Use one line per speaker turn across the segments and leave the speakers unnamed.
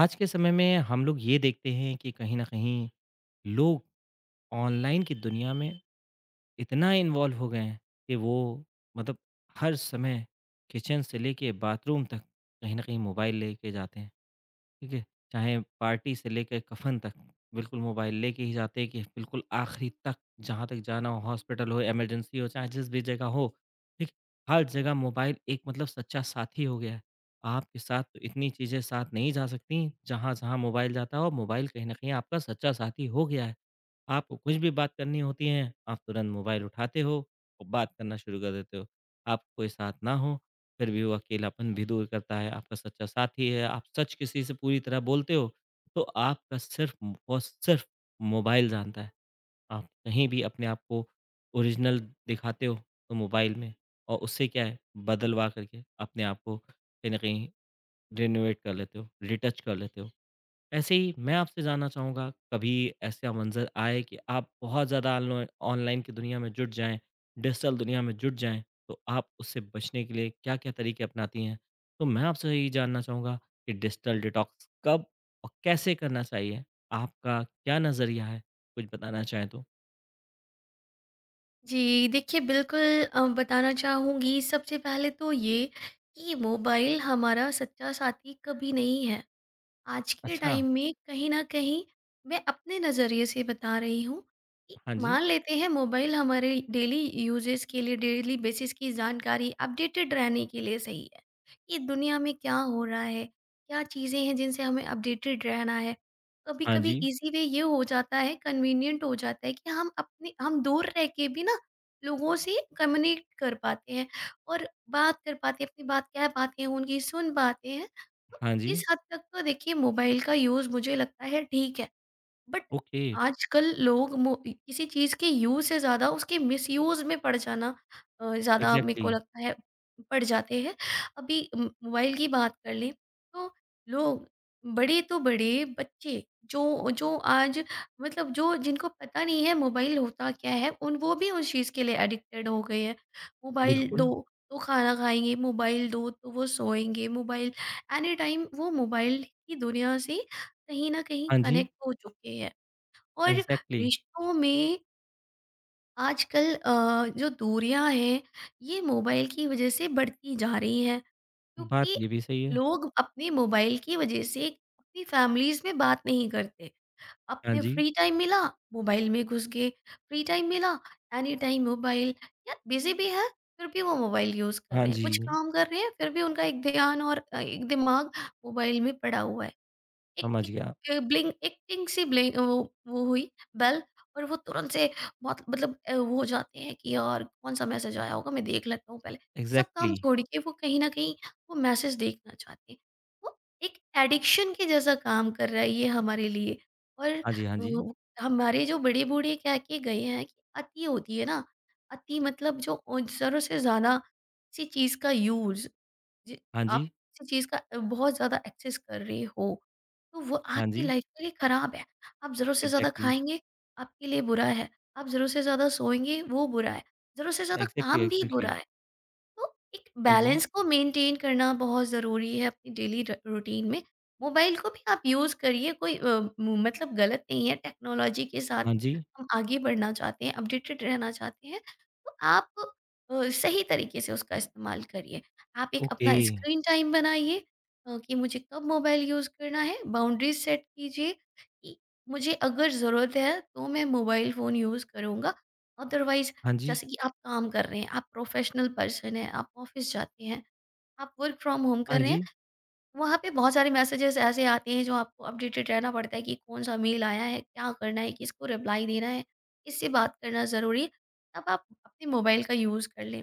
आज के समय में हम लोग ये देखते हैं कि कहीं न कहीं लोग ऑनलाइन की दुनिया में इतना इन्वॉल्व हो गए हैं कि वो मतलब हर समय किचन से लेके बाथरूम तक कहीं न कहीं मोबाइल लेके जाते हैं। ठीक है? चाहे पार्टी से लेके कफ़न तक, बिल्कुल मोबाइल लेके ही जाते हैं कि बिल्कुल आखिरी तक, जहाँ तक जाना हो, हॉस्पिटल हो, इमरजेंसी हो, चाहे जिस भी जगह हो, ठीक? हर जगह मोबाइल एक मतलब सच्चा साथी हो गया है। आपके साथ तो इतनी चीज़ें साथ नहीं जा सकती, जहाँ-जहाँ मोबाइल जाता है और मोबाइल कहीं न कहीं आपका सच्चा साथी हो गया है। आपको कुछ भी बात करनी होती है, आप तुरंत मोबाइल उठाते हो और बात करना शुरू कर देते हो। आपको कोई साथ ना हो, फिर भी वो अकेलापन भी दूर करता है, आपका सच्चा साथी है, आप सच किसी से पूरी तरह बोलते हो, तो आपका सिर्फ़ और सिर्फ़ मोबाइल जानता है। आप कहीं भी अपने आप को ओरिजिनल दिखाते हो, तो मोबाइल में और उससे क्या है बदलवा करके अपने आप को कहीं न कहीं रिनोवेट कर लेते हो, रिटच कर लेते हो। ऐसे ही मैं आपसे जानना चाहूँगा कभी ऐसा मंज़र आए कि आप बहुत ज़्यादा ऑनलाइन की दुनिया में जुट जाएँ, डिजिटल दुनिया में जुट जाएँ, तो आप उससे बचने के लिए क्या-क्या तरीके अपनाती हैं? तो मैं आपसे यही जानना चाहूँगा कि डिजिटल डिटॉक्स कब और कैसे करना चाहिए? आपका क्या नज़रिया है? कुछ बताना चाहें तो?
जी, देखिए बिल्कुल बताना चाहूँगी सबसे पहले तो ये कि मोबाइल हमारा सच्चा साथी कभी नहीं है। आज के
अच्छा,
टाइम में कहीं न कहीं मैं अपने नज़रिए से बता रही हूँ कि
हाँ जी,
मान लेते हैं मोबाइल हमारे डेली यूजेज़ के लिए डेली बेसिस की जानकारी अपडेटेड रहने के लिए सही है, कि दुनिया में क्या हो रहा है, क्या चीज़ें हैं जिनसे हमें अपडेटेड रहना है।
हाँ
कभी-कभी
जी,
ईज़ी वे ये हो जाता है, कन्वीनिएंट हो जाता है कि हम दूर रह के भी ना लोगों से कम्युनिकेट कर पाते हैं और बात कर पाते हैं, अपनी बात कह पाते हैं, उनकी सुन पाते हैं। तो
हाँ जी,
इस हद तक तो देखिए मोबाइल का यूज़ मुझे लगता है ठीक है। बट
ओके,
आजकल लोग मो किसी चीज़ के यूज़ से ज़्यादा उसके मिसयूज़ में पड़ जाना ज़्यादा मेरे
एग्ज़ैक्टली,
को लगता है पड़ जाते हैं। अभी म मोबाइल की बात कर लें तो लोग बड़े तो बड़े, बच्चे जो जो आज मतलब जो जिनको पता नहीं है मोबाइल होता क्या है उन वो भी उस चीज़ के लिए एडिक्टेड हो गए हैं। मोबाइल दो
बिल्कुल,
तो खाना खाएँगे, मोबाइल दो तो वो सोएँगे, मोबाइल एनी टाइम वो मोबाइल की दुनिया से कहीं न कहीं
हाँ जी,
कनेक्ट हो चुके हैं। और
एग्ज़ैक्टली,
रिश्तों में आजकल जो दूरियां हैं ये मोबाइल की वजह से बढ़ती जा रही हैं
बात
क्योंकि
ये भी सही है।
लोग अपने मोबाइल की वजह से अपनी फैमिलीज में बात नहीं करते।
हाँ
अपने
जी,
फ्री टाइम मिला, मोबाइल में घुस गए। फ्री टाइम मिला, एनी टाइम मोबाइल। या बिजी भी है फिर भी वो मोबाइल यूज कर
हाँ
रहे हैं, कुछ
जी,
काम कर रहे हैं फिर भी उनका एक ध्यान और एक दिमाग मोबाइल में पड़ा हुआ है। एक
समझ गया।
एक अ, ब्लिंक एक टिंग सी ब्लिंक वो हुई बेल और वो तुरंत से बहुत मतलब वो हो जाते हैं कि यार कौन सा मैसेज आया होगा, मैं देख लेता हूँ पहले। सब काम
एग्ज़ैक्टली
छोड़ के वो कहीं न कहीं वो मैसेज देखना चाहते हैं। वो एक एडिक्शन के जैसा काम कर रहा है ये हमारे लिए। और
हाँ जी, हाँ जी।
अ, हमारे जो बड़े-बूढ़े कह के गए हैं कि अति होती है ना, अति मतलब जो ज़रूरत से ज़्यादा किसी चीज़ का यूज़। जी,
हाँ
आप
जी,
किसी चीज़ का बहुत ज़्यादा एक्सेस कर रहे हो, तो वो
हाँ
आपकी
जी।
लाइफ के लिए ख़राब है। आप ज़रूरत से ज़्यादा
एग्ज़ैक्टली,
खाएँगे, आपके लिए बुरा है। आप ज़रूरत से ज़्यादा सोएँगे, वो बुरा है। ज़रूरत से ज़्यादा
एग्ज़ैक्टली,
काम भी बुरा
एग्ज़ैक्टली।
है। तो एक
हाँ जी,
बैलेंस को मेंटेन करना बहुत ज़रूरी है अपनी डेली रूटीन में। मोबाइल को भी आप यूज़ करिए, कोई मतलब गलत नहीं है। टेक्नोलॉजी के साथ
हाँ जी।
हम आगे बढ़ना चाहते हैं, अपडेटेड रहना चाहते हैं, तो आप सही तरीके से उसका इस्तेमाल करिए। आप एक
ओके।
अपना स्क्रीन टाइम बनाइए, कि मुझे कब मोबाइल यूज़ करना है। बाउंड्रीज सेट कीजिए कि मुझे अगर ज़रूरत है तो मैं मोबाइल फ़ोन यूज़ करूँगा, अदरवाइज
हाँ जी,
जैसे कि आप काम कर रहे हैं, आप प्रोफेशनल पर्सन हैं, आप ऑफिस जाते हैं, आप वर्क फ्रॉम होम
हाँ
कर रहे हैं,
जी,
वहाँ पे बहुत सारे मैसेजेस ऐसे आते हैं जो आपको अपडेटेड रहना पड़ता है कि कौन-सा मेल आया है, क्या करना है, किसको रिप्लाई देना है, किससे बात करना ज़रूरी है, तब आप अपने मोबाइल का यूज़ कर लें।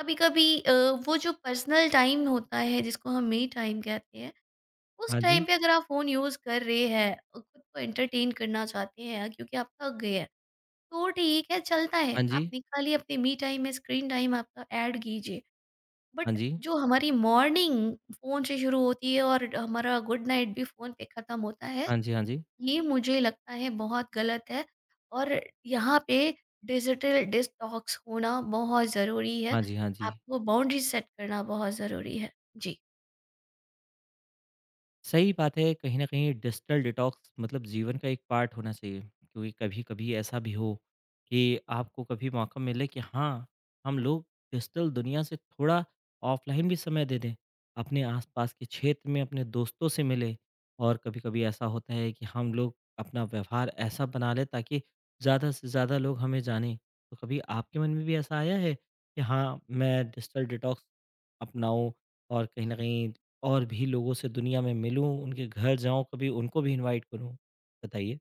कभी-कभी वो जो पर्सनल टाइम होता है जिसको हम मी टाइम कहते हैं, उस
हाँ जी,
टाइम पे अगर आप फ़ोन यूज़ कर रहे हैं, खुद को एंटरटेन करना चाहते हैं क्योंकि आप थक गए हैं, तो ठीक है, चलता है।
हाँ जी,
आप निकालिए अपने मी टाइम में, स्क्रीन टाइम आपका ऐड कीजिए। बट
हाँ जी,
जो हमारी मॉर्निंग फ़ोन से शुरू होती है और हमारा गुड नाइट भी फ़ोन पे ख़त्म होता है,
हाँ जी, हाँ जी,
ये मुझे लगता है बहुत गलत है और यहाँ पे डिजिटल डिटॉक्स होना बहुत ज़रूरी है।
हाँ जी, हाँ जी, हाँ जी।
आपको बाउंड्रीज़ सेट करना बहुत ज़रूरी है। जी।
सही बात है, कहीं न कहीं डिजिटल डिटॉक्स मतलब जीवन का एक पार्ट होना चाहिए, क्योंकि कभी-कभी ऐसा भी हो कि आपको कभी मौका मिले कि हाँ, हम लोग डिजिटल दुनिया से थोड़ा ऑफ़लाइन भी समय दे दें, अपने आस-पास के क्षेत्र में अपने दोस्तों से मिलें और कभी-कभी ऐसा होता है कि हम लोग अपना व्यवहार ऐसा बना लें ताकि ज़्यादा से ज़्यादा लोग हमें जानें। तो कभी आपके मन में भी ऐसा आया है कि हाँ, मैं डिजिटल डिटॉक्स अपनाऊँ और कहीं न कहीं और भी लोगों से दुनिया में मिलूँ, उनके घर जाऊँ कभी, उनको भी इनवाइट करूँ? बताइए।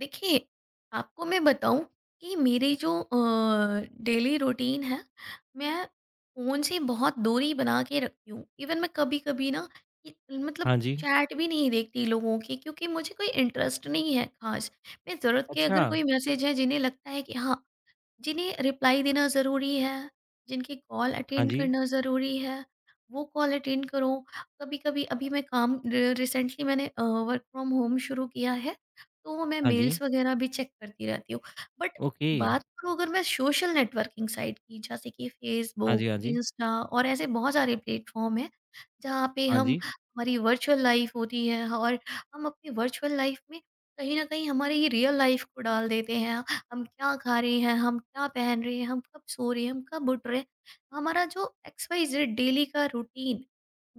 देखिए, आपको मैं बताऊँ कि मेरी जो डेली रूटीन है, मैं फ़ोन से बहुत दूरी बना के रखती हूँ। इवन मैं कभी-कभी ना कि मतलब
हाँ जी।
चैट भी नहीं देखती लोगों की क्योंकि मुझे कोई इंटरेस्ट नहीं है ख़ास। मैं ज़रूरत के
अच्छा,
अगर कोई मैसेज है जिन्हें लगता है कि हाँ, जिन्हें रिप्लाई देना ज़रूरी है, जिनकी कॉल
हाँ
अटेंड
जी,
करना ज़रूरी है, वो कॉल अटेंड करो। कभी-कभी अभी मैं काम रि रिसेंटली मैंने वर्क फ्रॉम होम शुरू किया है, तो मैं
हाँ
मेल्स
जी,
वगैरह भी चेक करती रहती हूँ। But
okay.
बात करूँ अगर मैं सोशल नेटवर्किंग साइट की, जैसे कि
हाँ
फेसबुक,
जी, हाँ जी,
इंस्टा और ऐसे बहुत सारे प्लेटफ़ॉर्म हैं, जहाँ पे
हाँ
हम
जी,
हमारी वर्चुअल लाइफ़ होती है और हम अपनी वर्चुअल लाइफ़ में कहीं न कहीं हमारी ये रियल लाइफ़ को डाल देते हैं। हम क्या खा रहे हैं, हम क्या पहन रहे हैं, हम कब सो रहे हैं, हम कब उठ रहे हैं। हमारा जो एक्स वाई जेड डेली का रूटीन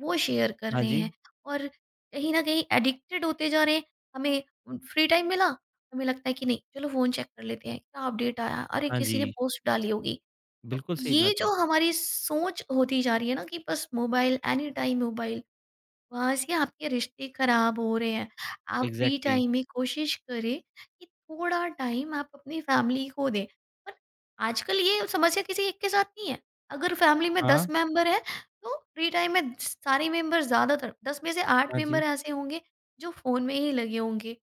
वो शेयर कर
हाँ
रहे
जी,
हैं और कहीं न कहीं एडिक्टेड होते जा रहे हैं। हमें फ्री टाइम मिला, हमें लगता है कि नहीं चलो फ़ोन चेक कर लेते हैं, क्या अपडेट आया, अरे
हाँ
किसी ने
जी।
पोस्ट डाली होगी। तो
बिल्कुल सही
ये
बात है।
जो हमारी सोच होती जा रही है ना कि बस मोबाइल, एनी टाइम मोबाइल, वहाँ से आपके रिश्ते खराब हो रहे हैं। आप फ्री
इग्ज़ैक्टली
टाइम में कोशिश करें कि थोड़ा टाइम आप अपनी फैमिली को दें। पर आजकल ये समस्या किसी एक के साथ नहीं है। अगर फैमिली में
हाँ,
10 मेंबर हैं, तो फ्री टाइम में सारे मेंबर, ज़्यादातर 10 में से 8
हाँ
मेंबर
जी,
ऐसे होंगे जो फ़ोन में ही लगे होंगे।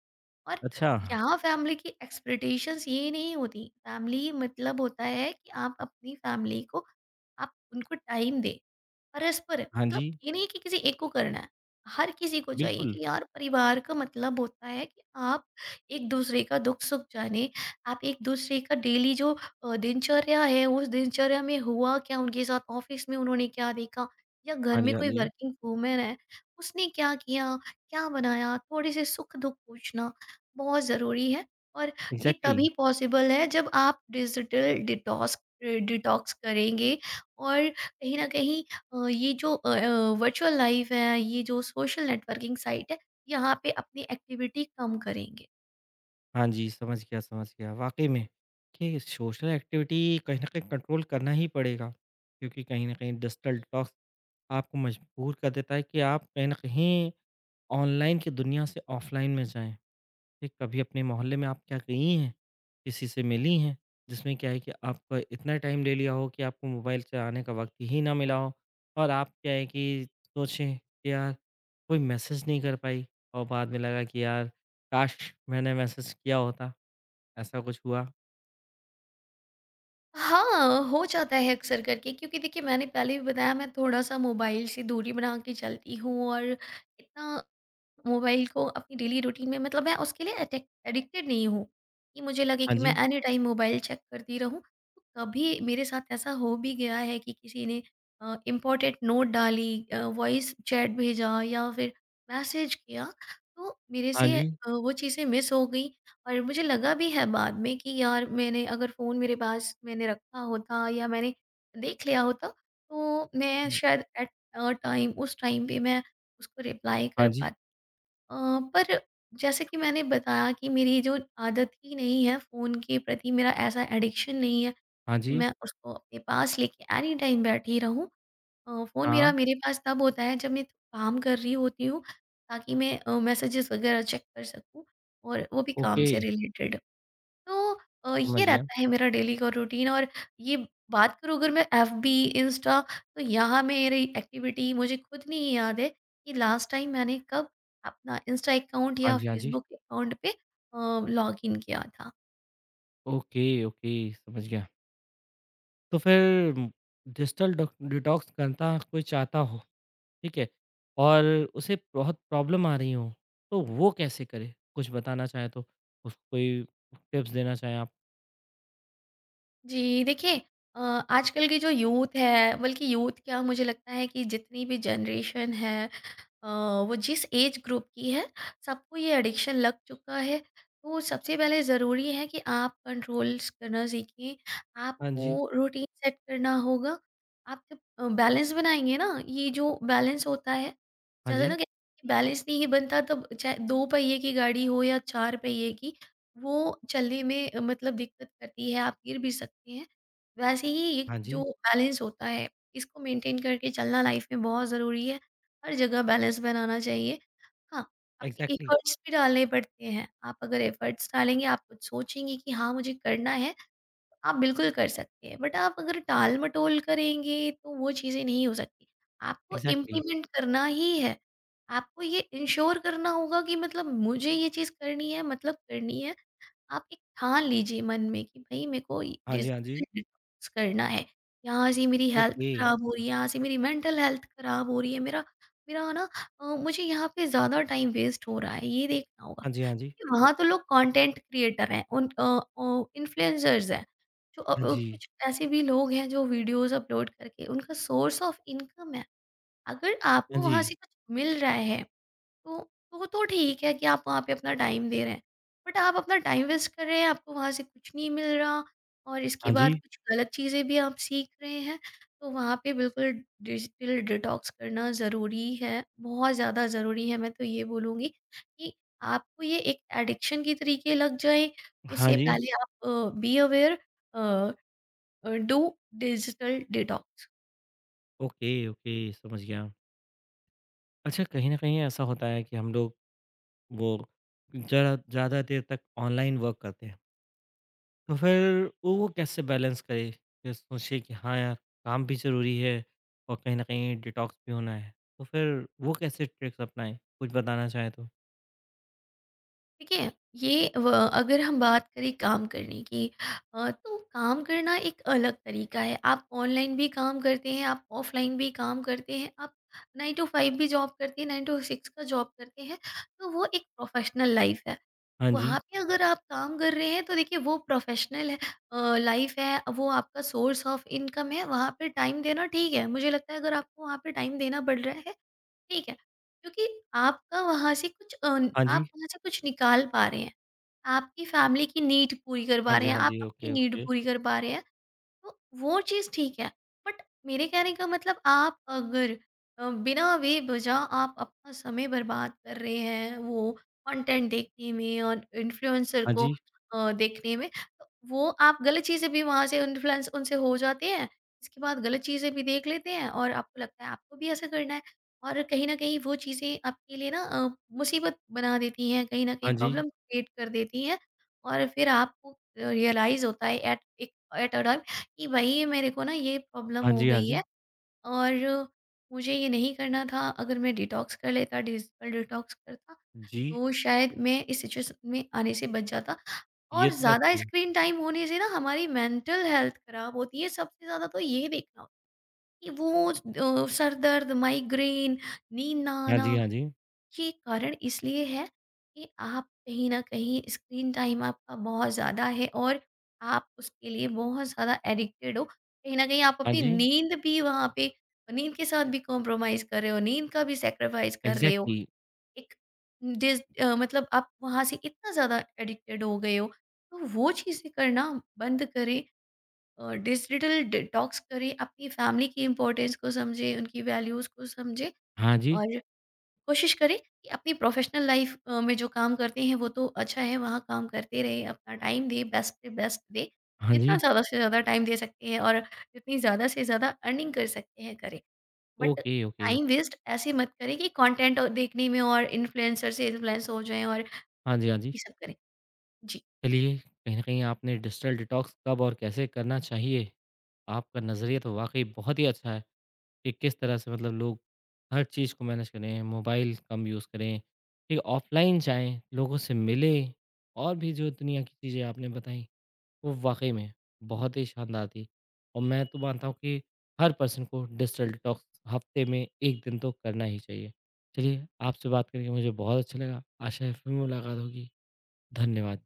और
अच्छा,
यहाँ फैमिली की एक्सपेक्टेशंस ये नहीं होती। फैमिली मतलब होता है कि आप अपनी फैमिली को, आप उनको टाइम दें। परस्पर
हाँ
मतलब
जी,
ये नहीं कि किसी एक को करना है। हर किसी को चाहिए
बिल्कुल।
कि यार परिवार का मतलब होता है कि आप एक दूसरे का दुख सुख जाने, आप एक दूसरे का डेली जो दिनचर्या है उस दिनचर्या में हुआ क्या, उनके साथ ऑफिस में उन्होंने क्या देखा, या घर
हाँ जी,
में
हाँ
कोई
जी,
वर्किंग वूमेन है उसने क्या किया, क्या बनाया, थोड़े से सुख दुख पूछना बहुत ज़रूरी है। और ये
इग्ज़ैक्टली
तभी पॉसिबल है जब आप डिजिटल डिटॉक्स डिटॉक्स करेंगे और कहीं ना कहीं ये जो वर्चुअल लाइफ़ है, ये जो सोशल नेटवर्किंग साइट है, यहाँ पे अपनी एक्टिविटी कम करेंगे।
हाँ जी, समझ गया, समझ गया। वाक़ई में कि सोशल एक्टिविटी कहीं न कहीं कंट्रोल करना ही पड़ेगा, क्योंकि कहीं न कहीं डिजिटल डिटॉक्स आपको मजबूर कर देता है कि आप कहीं न कहीं ऑनलाइन की दुनिया से ऑफलाइन में जाएँ। ठीक, कभी अपने मोहल्ले में आप क्या गई हैं? किसी से मिली हैं? जिसमें क्या है कि आपका इतना टाइम ले लिया हो कि आपको मोबाइल चलाने का वक़्त ही ना मिला हो और आप क्या है कि सोचें कि यार कोई मैसेज नहीं कर पाई और बाद में लगा कि यार काश! मैंने मैसेज किया होता। ऐसा कुछ हुआ?
हाँ, हो जाता है अक्सर करके क्योंकि देखिए मैंने पहले भी बताया मैं थोड़ा-सा मोबाइल से दूरी बना के चलती हूँ और इतना मोबाइल को अपनी डेली रूटीन में मतलब मैं उसके लिए एडिक्टेड नहीं हूँ, कि मुझे लगे
हाँ
कि मैं
जी,
एनी टाइम मोबाइल चेक करती रहूँ। तो कभी मेरे साथ ऐसा हो भी गया है कि किसी ने इम्पोर्टेंट नोट डाली, वॉइस चैट भेजा या फिर मैसेज किया, तो मेरे
हाँ
से
जी,
वो चीज़ें मिस हो गई और मुझे लगा भी है बाद में कि यार मैंने अगर फ़ोन मेरे पास मैंने रखा होता या मैंने देख लिया होता, तो मैं शायद टाइम उस टाइम पे मैं उसको रिप्लाई
हाँ
कर
जी,
पाती। अ, पर जैसे कि मैंने बताया कि मेरी जो आदत ही नहीं है, फ़ोन के प्रति मेरा ऐसा एडिक्शन नहीं है
हाँ
कि
जी,
मैं उसको अपने पास लेके एनी टाइम बैठी रहूँ। फ़ोन
हाँ,
मेरा मेरे पास तब होता है जब मैं काम कर रही होती हूँ, ताकि मैं मैसेजेस वगैरह चेक कर सकूँ और वो भी काम
ओके,
से रिलेटेड। तो
समझ
ये
गया।
रहता है मेरा डेली का रूटीन और ये। बात करूँ अगर मैं एफबी इंस्टा तो यहाँ मेरी एक्टिविटी मुझे खुद नहीं याद है कि लास्ट टाइम मैंने कब अपना इंस्टा अकाउंट
हाँ
या
जी, हाँ जी,
फेसबुक अकाउंट पे लॉग इन किया था।
ओके, ओके, समझ गया। तो फिर डिजिटल डॉक डिटॉक्स करना कोई चाहता हो, ठीक है? और उसे बहुत प्रॉब्लम आ रही हो, तो वो कैसे करे? कुछ बताना चाहें तो? उसको कोई टिप्स देना चाहें आप?
जी, देखिए आजकल की जो यूथ है, बल्कि यूथ क्या मुझे लगता है कि जितनी भी जनरेशन है, अ, वो जिस एज ग्रुप की है, सबको ये एडिक्शन लग चुका है। तो सबसे पहले ज़रूरी है कि आप कंट्रोल्स करना सीखें,
हाँ जी,
आपको रूटीन सेट करना होगा। आप जब बैलेंस बनाएँगे ना, ये जो बैलेंस होता है,
हाँ
जैसे ना
जी,
कहते हैं कि बैलेंस नहीं बनता तब चाहे 2 पहिए की गाड़ी हो या 4 पहिए की, वो चलने में मतलब दिक्कत करती है, आप गिर भी सकते हैं। वैसे ही ये
हाँ
जो
जी,
बैलेंस होता है, इसको मेंटेन करके चलना लाइफ में बहुत ज़रूरी है। हर जगह बैलेंस बनाना चाहिए। हाँ, आपके
एग्ज़ैक्टली,
एफ़र्ट्स भी डालने पड़ते हैं। आप अगर एफ़र्ट्स डालेंगे, आप कुछ सोचेंगे कि हाँ, मुझे करना है, आप बिल्कुल कर सकते हैं। बट आप अगर टाल-मटोल करेंगे, तो वो चीज़ें नहीं हो सकती। आपको
एग्ज़ैक्टली।
इम्प्लीमेंट करना ही है। आपको ये इंश्योर करना होगा कि मतलब मुझे ये चीज़ करनी है, मतलब करनी है। आप एक ठान लीजिए मन में कि भई मेरे को ये
हाँ जी,
डिस
हाँ जी,
डिटॉक्स करना है। यहाँ से मेरी हेल्थ
ओके।
खराब हो रही है, यहाँ से मेरी मेंटल हेल्थ खराब हो रही है, मेरा मेरा ना मुझे यहाँ पे ज़्यादा टाइम वेस्ट हो रहा है, ये देखना होगा।
हाँ जी, हाँ जी,
क्योंकि वहाँ तो लोग कंटेंट क्रिएटर हैं, इन्फ्लुएंसर्स हैं, जो
हाँ जी,
कुछ ऐसे भी लोग हैं जो वीडियोज़ अपलोड करके उनका सोर्स ऑफ इनकम है। अगर
हाँ
आपको वहाँ
जी,
से कुछ मिल रहा है तो तो ठीक है कि आप वहाँ पे अपना टाइम दे रहे हैं। बट आप अपना टाइम वेस्ट कर रहे हैं, आपको वहाँ से कुछ नहीं मिल रहा और इसके
हाँ
बाद
जी,
कुछ गलत चीज़ें भी आप सीख रहे हैं। तो वहाँ पे बिल्कुल डिजिटल डिटॉक्स करना ज़रूरी है, बहुत ज़्यादा ज़रूरी है। मैं तो ये बोलूँगी कि आपको ये एक एडिक्शन के तरीके लग जाए,
हाँ
उससे
जी,
पहले आप be aware, do digital detox.
Okay, okay, समझ गया। अच्छा कहीं न कहीं ऐसा होता है कि हम लोग वो ज़रा ज़्यादा देर तक ऑनलाइन वर्क करते हैं। तो फिर वो कैसे बैलेंस करे फिर सोचे कि हाँ यार काम भी ज़रूरी है और कहीं न कहीं डिटॉक्स भी होना है। तो फिर वो कैसे ट्रिक्स अपनाएँ? कुछ बताना चाहें तो?
देखिए ये व अगर हम बात करें काम करने की तो काम करना एक अलग तरीका है। आप ऑनलाइन भी काम करते हैं, आप ऑफ़लाइन भी काम करते हैं, आप 9 टू 5 भी जॉब करते हैं, 9 टू 6 का जॉब करते हैं, तो वो एक प्रोफ़ेशनल लाइफ़ है।
हाँ जी।
वहाँ पे अगर आप काम कर रहे हैं तो देखिए वो प्रोफ़ेशनल लाइफ़ है, वो आपका सोर्स ऑफ़ इनकम है, वहाँ पे टाइम देना ठीक है। मुझे लगता है अगर आपको वहाँ पे टाइम देना पड़ रहा है ठीक है, क्योंकि आपका वहाँ से कुछ अर्न
हाँ
आप
जी।
वहाँ से कुछ निकाल पा रहे हैं। आपकी फैमिली की नीड पूरी कर
हाँ
पा
जी,
रहे हैं,
हाँ
आप
जी।
अपनी
ओके,
नीड
ओके।
पूरी कर पा रहे हैं। तो वो चीज़ ठीक है। बट मेरे कहने का मतलब आप अगर बिना बेवजह आप अपना समय बर्बाद कर रहे हैं वो कंटेंट देखने में और इन्फ्लुएंसर
हाँ
को
जी।
देखने में, तो वो आप गलत चीज़ें भी वहाँ से इन्फ्लुएंस उनसे हो जाते हैं। इसके बाद गलत चीज़ें भी देख लेते हैं और आपको लगता है आपको भी ऐसा करना है और कहीं न कहीं वो चीज़ें आपके लिए मुसीबत बना देती हैं, कहीं न कहीं
हाँ जी।
प्रॉब्लम क्रिएट कर देती हैं और फिर आपको रियलाइज़ होता है एट एक एट अ कि भई मेरे को ना ये प्रॉब्लम
हाँ
हो
जी, हाँ
गई
जी।
है और मुझे ये नहीं करना था। अगर मैं डिटॉक्स कर लेता, डिजिटल डिटॉक्स करता
जी,
तो शायद मैं इस सिचुएशन में आने से बच जाता।
ये
और
तो बात
ज़्यादा
सही है।
स्क्रीन टाइम होने से ना हमारी मेंटल हेल्थ खराब होती है। सबसे ज़्यादा तो ये देखना होता है कि वो सर दर्द, माइग्रेन, नींद ना
हाँ जी,
आना
हाँ जी।
ये कारण इसलिए है कि आप कहीं न कहीं स्क्रीन टाइम आपका बहुत ज़्यादा है और आप उसके लिए बहुत ज़्यादा एडिक्टेड हो। कहीं न कहीं आप
हाँ
अपनी
जी,
नींद भी वहाँ पे नींद के साथ भी कॉम्प्रोमाइज़ कर रहे हो, नींद का भी सैक्रिफाइस कर रहे हो।
एग्ज़ैक्टली।
एक मतलब आप वहाँ से इतना ज़्यादा एडिक्टेड हो गए हो, तो वो चीज़ें करना बंद करें। डिजिटल डिटॉक्स करें, अपनी फैमिली की इम्पोर्टेंस को समझें, उनकी वैल्यूज़ को समझें
हाँ जी।
और कोशिश करें कि अपनी प्रोफेशनल लाइफ में जो काम करते हैं वो तो अच्छा है वहाँ काम करते रहें अपना टाइम दें बेस्ट से बेस्ट दें
हाँ
जितना
जी।
ज़्यादा से ज़्यादा टाइम दे सकते हैं और जितनी ज़्यादा से ज़्यादा अर्निंग कर सकते हैं करें but
okay, okay.
Time waste ऐसे मत करें कि कंटेंट देखने में और इन्फ्लुएंसर से इन्फ्लुएंस हो जाएं और
हाँ जी, हाँ जी।
ये सब करें। जी,
चलिए कहीं न कहीं आपने डिजिटल डिटॉक्स कब और कैसे करना चाहिए, आपका नज़रिया तो वाक़ई बहुत ही अच्छा है। कि किस तरह से मतलब लोग हर चीज़ को मैनेज करें, मोबाइल कम यूज़ करें, ठीक है, ऑफ़लाइन जाएँ, लोगों से मिलें और भी जो दुनिया की चीज़ें आपने बताई, वो वाक़ई में बहुत ही शानदार थी। और मैं तो मानता हूँ कि हर पर्सन को डिजिटल डिटॉक्स हफ़्ते में 1 दिन तो करना ही चाहिए। चलिए, आपसे बात करके मुझे बहुत अच्छा लगा। आशा है फिर मुलाकात होगी। धन्यवाद।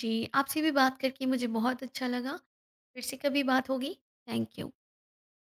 जी, आपसे भी बात करके मुझे बहुत अच्छा लगा। फिर से कभी बात होगी। Thank you.